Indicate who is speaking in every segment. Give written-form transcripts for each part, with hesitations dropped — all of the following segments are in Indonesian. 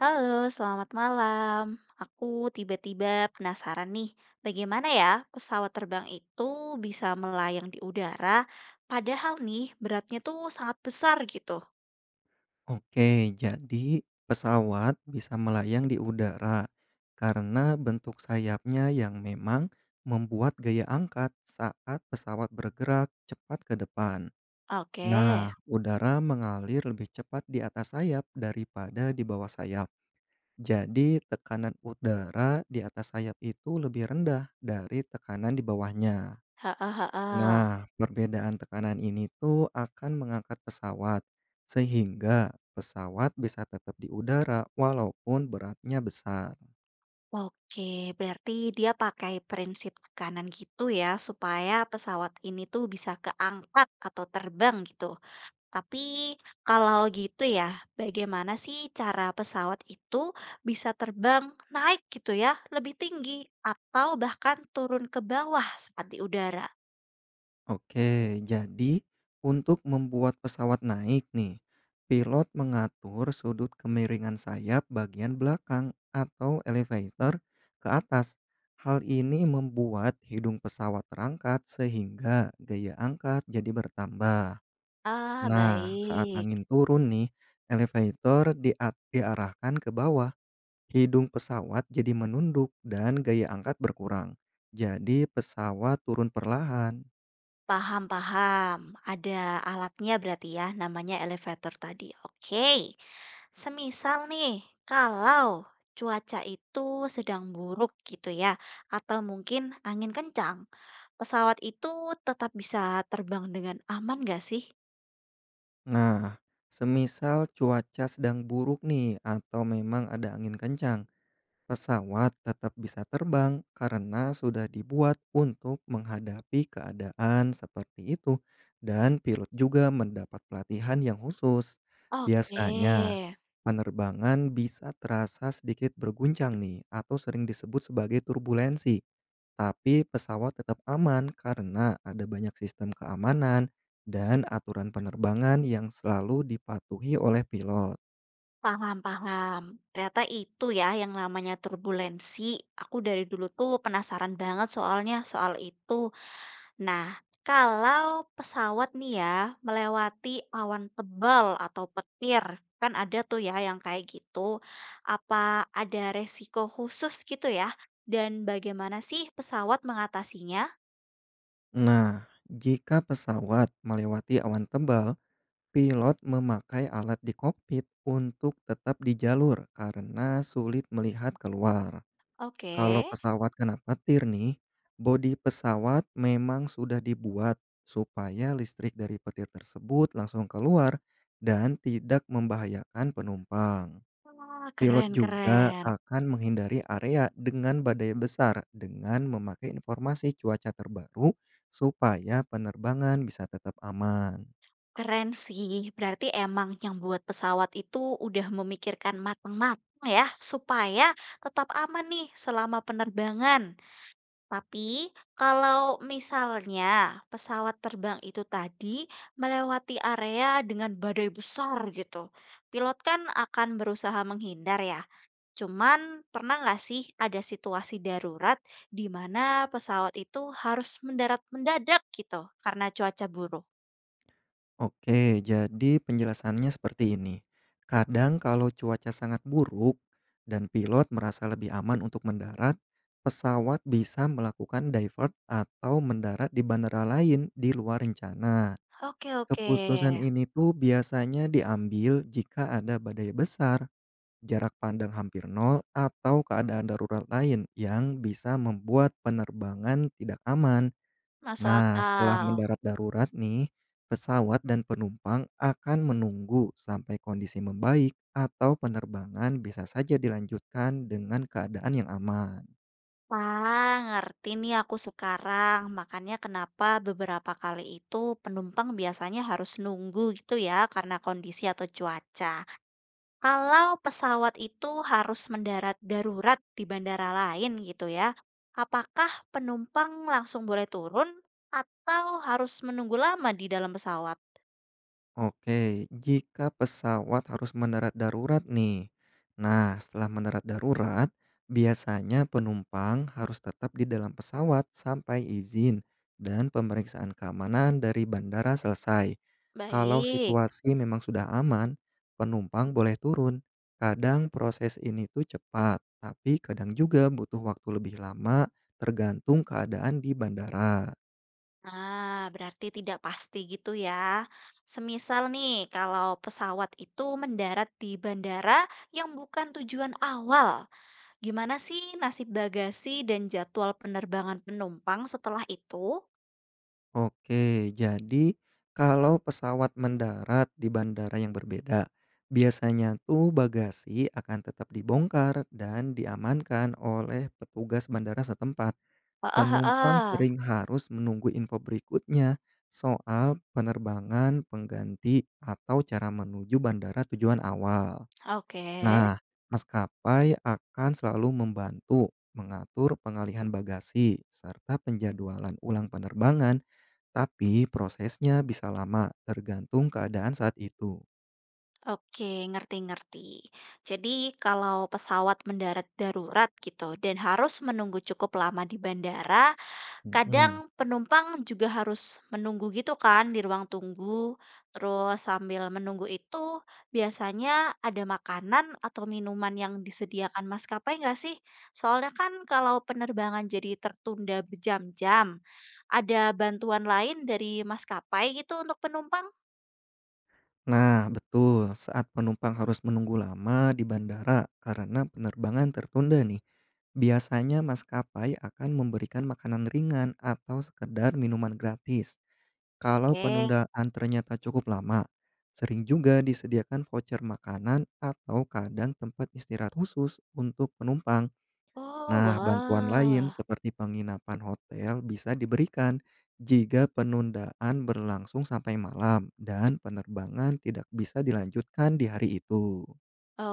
Speaker 1: Halo, selamat malam. Aku tiba-tiba penasaran nih, bagaimana ya pesawat terbang itu bisa melayang di udara, padahal nih beratnya tuh sangat besar gitu.
Speaker 2: Oke, jadi pesawat bisa melayang di udara karena bentuk sayapnya yang memang membuat gaya angkat saat pesawat bergerak cepat ke depan.
Speaker 1: Oke,
Speaker 2: Nah, udara mengalir lebih cepat di atas sayap daripada di bawah sayap. Jadi, tekanan udara di atas sayap itu lebih rendah dari tekanan di bawahnya.
Speaker 1: heeh, heeh.
Speaker 2: Nah, perbedaan tekanan ini tuh akan mengangkat pesawat, sehingga pesawat bisa tetap di udara walaupun beratnya besar.
Speaker 1: Oke, berarti dia pakai prinsip tekanan gitu ya, supaya pesawat ini tuh bisa keangkat atau terbang gitu. Tapi kalau gitu ya, bagaimana sih cara pesawat itu bisa terbang naik gitu ya, lebih tinggi atau bahkan turun ke bawah saat di udara?
Speaker 2: Oke, jadi untuk membuat pesawat naik nih, pilot mengatur sudut kemiringan sayap bagian belakang atau elevator ke atas. Hal ini membuat hidung pesawat terangkat sehingga gaya angkat jadi bertambah.
Speaker 1: Ah,
Speaker 2: Nah, saat
Speaker 1: baik.
Speaker 2: angin turun nih, elevator dia diarahkan ke bawah. Hidung pesawat jadi menunduk dan gaya angkat berkurang. Jadi pesawat turun perlahan.
Speaker 1: Paham-paham, ada alatnya berarti ya, namanya elevator tadi. Oke, semisal nih, kalau cuaca itu sedang buruk gitu ya, atau mungkin angin kencang, pesawat itu tetap bisa terbang dengan aman nggak sih?
Speaker 2: Nah, semisal cuaca sedang buruk nih atau memang ada angin kencang, pesawat tetap bisa terbang karena sudah dibuat untuk menghadapi keadaan seperti itu, dan pilot juga mendapat pelatihan yang khusus.
Speaker 1: Oke,
Speaker 2: Biasanya, penerbangan bisa terasa sedikit berguncang nih, atau sering disebut sebagai turbulensi, tapi pesawat tetap aman karena ada banyak sistem keamanan dan aturan penerbangan yang selalu dipatuhi oleh pilot.
Speaker 1: paham paham. Ternyata itu ya yang namanya turbulensi. Aku dari dulu tuh penasaran banget soalnya soal itu. Nah, kalau pesawat nih ya melewati awan tebal atau petir, kan ada tuh ya yang kayak gitu. Apa ada resiko khusus gitu ya? Dan bagaimana sih pesawat mengatasinya?
Speaker 2: Nah, jika pesawat melewati awan tebal, pilot memakai alat di kokpit untuk tetap di jalur karena sulit melihat keluar.
Speaker 1: Oke,
Speaker 2: Kalau pesawat kena petir nih, bodi pesawat memang sudah dibuat supaya listrik dari petir tersebut langsung keluar dan tidak membahayakan penumpang.
Speaker 1: wah
Speaker 2: Pilot
Speaker 1: keren
Speaker 2: juga
Speaker 1: keren.
Speaker 2: akan menghindari area dengan badai besar dengan memakai informasi cuaca terbaru supaya penerbangan bisa tetap aman.
Speaker 1: Keren sih. Berarti emang yang buat pesawat itu udah memikirkan matang-matang ya, supaya tetap aman nih selama penerbangan. Tapi kalau misalnya pesawat terbang itu tadi melewati area dengan badai besar gitu, pilot kan akan berusaha menghindar ya. Cuman pernah nggak sih ada situasi darurat di mana pesawat itu harus mendarat mendadak gitu karena cuaca buruk?
Speaker 2: Oke, jadi penjelasannya seperti ini. Kadang kalau cuaca sangat buruk dan pilot merasa lebih aman untuk mendarat, pesawat bisa melakukan divert atau mendarat di bandara lain di luar rencana.
Speaker 1: Oke, oke.
Speaker 2: Keputusan ini tuh biasanya diambil jika ada badai besar, jarak pandang hampir nol, atau keadaan darurat lain yang bisa membuat penerbangan tidak aman.
Speaker 1: Masuk
Speaker 2: Nah, setelah
Speaker 1: akal.
Speaker 2: mendarat darurat nih, pesawat dan penumpang akan menunggu sampai kondisi membaik atau penerbangan bisa saja dilanjutkan dengan keadaan yang aman.
Speaker 1: Ah, ngerti nih aku sekarang. Makanya kenapa beberapa kali itu penumpang biasanya harus nunggu gitu ya karena kondisi atau cuaca. Kalau pesawat itu harus mendarat darurat di bandara lain gitu ya, apakah penumpang langsung boleh turun atau harus menunggu lama di dalam pesawat?
Speaker 2: Oke, jika pesawat harus mendarat darurat nih. Nah, setelah mendarat darurat, biasanya penumpang harus tetap di dalam pesawat sampai izin dan pemeriksaan keamanan dari bandara selesai. Kalau
Speaker 1: Baik.
Speaker 2: situasi memang sudah aman, penumpang boleh turun. Kadang proses ini tuh cepat, tapi kadang juga butuh waktu lebih lama tergantung keadaan di bandara.
Speaker 1: Ah, berarti tidak pasti gitu ya. Semisal nih, kalau pesawat itu mendarat di bandara yang bukan tujuan awal, gimana sih nasib bagasi dan jadwal penerbangan penumpang setelah itu?
Speaker 2: Oke, jadi kalau pesawat mendarat di bandara yang berbeda, biasanya tuh bagasi akan tetap dibongkar dan diamankan oleh petugas bandara setempat.
Speaker 1: Heeh,
Speaker 2: Penumpang
Speaker 1: heeh.
Speaker 2: sering harus menunggu info berikutnya soal penerbangan pengganti atau cara menuju bandara tujuan awal.
Speaker 1: Oke,
Speaker 2: Nah, maskapai akan selalu membantu mengatur pengalihan bagasi serta penjadwalan ulang penerbangan, tapi prosesnya bisa lama, tergantung keadaan saat itu.
Speaker 1: oke, ngerti-ngerti. Jadi, kalau pesawat mendarat darurat gitu dan harus menunggu cukup lama di bandara, kadang
Speaker 2: Mhm.
Speaker 1: penumpang juga harus menunggu gitu kan di ruang tunggu. Terus sambil menunggu itu biasanya ada makanan atau minuman yang disediakan maskapai nggak sih? Soalnya kan kalau penerbangan jadi tertunda berjam-jam, ada bantuan lain dari maskapai gitu untuk penumpang?
Speaker 2: Nah, betul. Saat penumpang harus menunggu lama di bandara karena penerbangan tertunda nih, biasanya maskapai akan memberikan makanan ringan atau sekedar minuman gratis. Kalau
Speaker 1: Eh,
Speaker 2: penundaan ternyata cukup lama, sering juga disediakan voucher makanan atau kadang tempat istirahat khusus untuk penumpang.
Speaker 1: oh,
Speaker 2: Nah, bantuan lain
Speaker 1: wah.
Speaker 2: seperti penginapan hotel bisa diberikan jika penundaan berlangsung sampai malam dan penerbangan tidak bisa dilanjutkan di hari itu.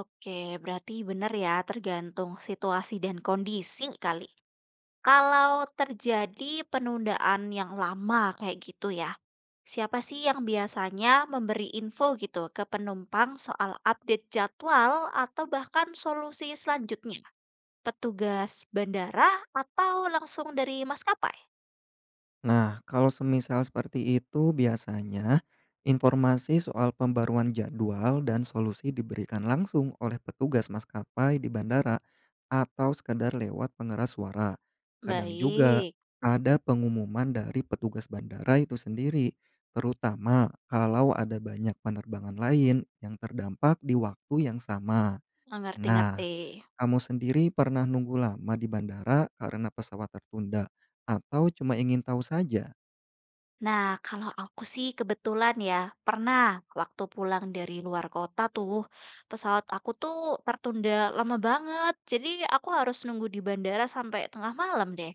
Speaker 1: Oke, berarti benar ya, tergantung situasi dan kondisi kali. Kalau terjadi penundaan yang lama kayak gitu ya, siapa sih yang biasanya memberi info gitu ke penumpang soal update jadwal atau bahkan solusi selanjutnya? Petugas bandara atau langsung dari maskapai?
Speaker 2: Nah, kalau semisal seperti itu, biasanya informasi soal pembaruan jadwal dan solusi diberikan langsung oleh petugas maskapai di bandara atau sekedar lewat pengeras suara. Kadang juga
Speaker 1: Baik,
Speaker 2: ada pengumuman dari petugas bandara itu sendiri, terutama kalau ada banyak penerbangan lain yang terdampak di waktu yang sama. Nah,
Speaker 1: ngerti-ngerti.
Speaker 2: kamu sendiri pernah nunggu lama di bandara karena pesawat tertunda atau cuma ingin tahu saja?
Speaker 1: Nah, kalau aku sih kebetulan ya, pernah waktu pulang dari luar kota tuh, pesawat aku tuh tertunda lama banget. Jadi aku harus nunggu di bandara sampai tengah malam deh.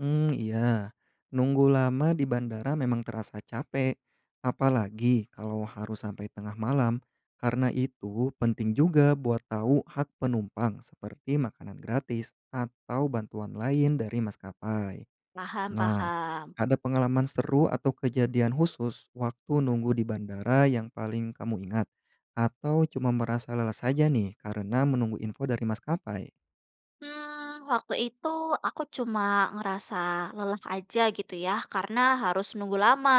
Speaker 2: Hmm, iya. Nunggu lama di bandara memang terasa capek, apalagi kalau harus sampai tengah malam. Karena itu penting juga buat tahu hak penumpang seperti makanan gratis atau bantuan lain dari maskapai.
Speaker 1: Paham,
Speaker 2: Nah,
Speaker 1: paham.
Speaker 2: ada pengalaman seru atau kejadian khusus waktu nunggu di bandara yang paling kamu ingat? Atau cuma merasa lelah saja nih karena menunggu info dari maskapai?
Speaker 1: Waktu itu aku cuma ngerasa lelah aja gitu ya, karena harus nunggu lama,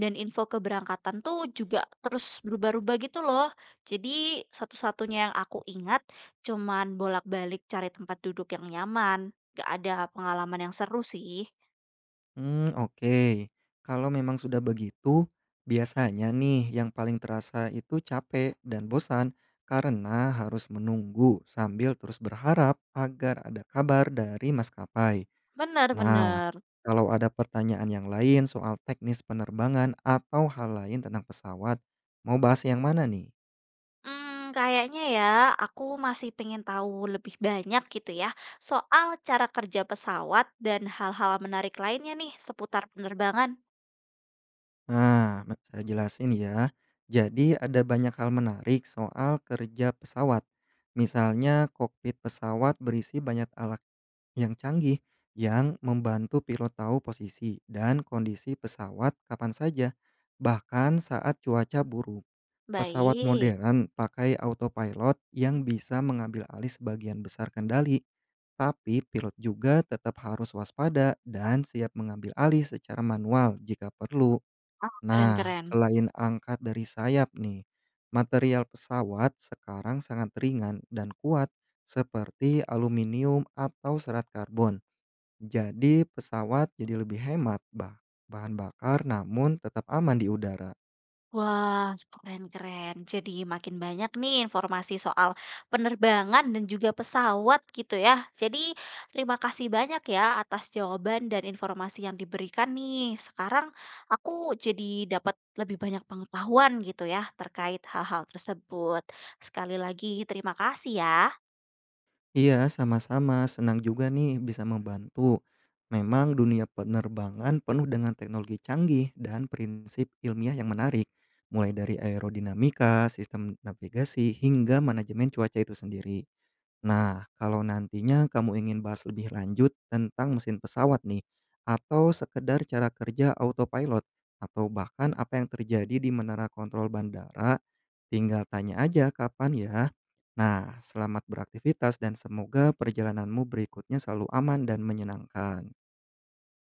Speaker 1: dan info keberangkatan tuh juga terus berubah-ubah gitu loh. Jadi satu-satunya yang aku ingat cuman bolak-balik cari tempat duduk yang nyaman, gak ada pengalaman yang seru sih.
Speaker 2: Hmm, oke. Kalau memang sudah begitu, biasanya nih yang paling terasa itu capek dan bosan karena harus menunggu sambil terus berharap agar ada kabar dari maskapai.
Speaker 1: Bener
Speaker 2: Nah,
Speaker 1: bener.
Speaker 2: kalau ada pertanyaan yang lain soal teknis penerbangan atau hal lain tentang pesawat, mau bahas yang mana nih?
Speaker 1: Hmm, kayaknya ya aku masih pengen tahu lebih banyak gitu ya soal cara kerja pesawat dan hal-hal menarik lainnya nih seputar penerbangan.
Speaker 2: Nah, me saya jelasin ya. Jadi ada banyak hal menarik soal kerja pesawat. Misalnya, kokpit pesawat berisi banyak alat yang canggih yang membantu pilot tahu posisi dan kondisi pesawat kapan saja, bahkan saat cuaca buruk. Pesawat
Speaker 1: Baik.
Speaker 2: modern pakai autopilot yang bisa mengambil alih sebagian besar kendali, tapi pilot juga tetap harus waspada dan siap mengambil alih secara manual jika perlu.
Speaker 1: Oh,
Speaker 2: Nah,
Speaker 1: keren-keren.
Speaker 2: selain angkat dari sayap nih, material pesawat sekarang sangat ringan dan kuat seperti aluminium atau serat karbon. Jadi pesawat jadi lebih hemat bahan bakar namun tetap aman di udara.
Speaker 1: Wah, keren-keren. Jadi makin banyak nih informasi soal penerbangan dan juga pesawat gitu ya. Jadi terima kasih banyak ya atas jawaban dan informasi yang diberikan nih. Sekarang aku jadi dapat lebih banyak pengetahuan gitu ya terkait hal-hal tersebut. Sekali lagi terima kasih ya.
Speaker 2: Iya, sama-sama. Senang juga nih bisa membantu. Memang dunia penerbangan penuh dengan teknologi canggih dan prinsip ilmiah yang menarik, mulai dari aerodinamika, sistem navigasi, hingga manajemen cuaca itu sendiri. Nah, kalau nantinya kamu ingin bahas lebih lanjut tentang mesin pesawat nih, atau sekedar cara kerja autopilot, atau bahkan apa yang terjadi di menara kontrol bandara, tinggal tanya aja kapan ya. Nah, selamat beraktivitas dan semoga perjalananmu berikutnya selalu aman dan menyenangkan.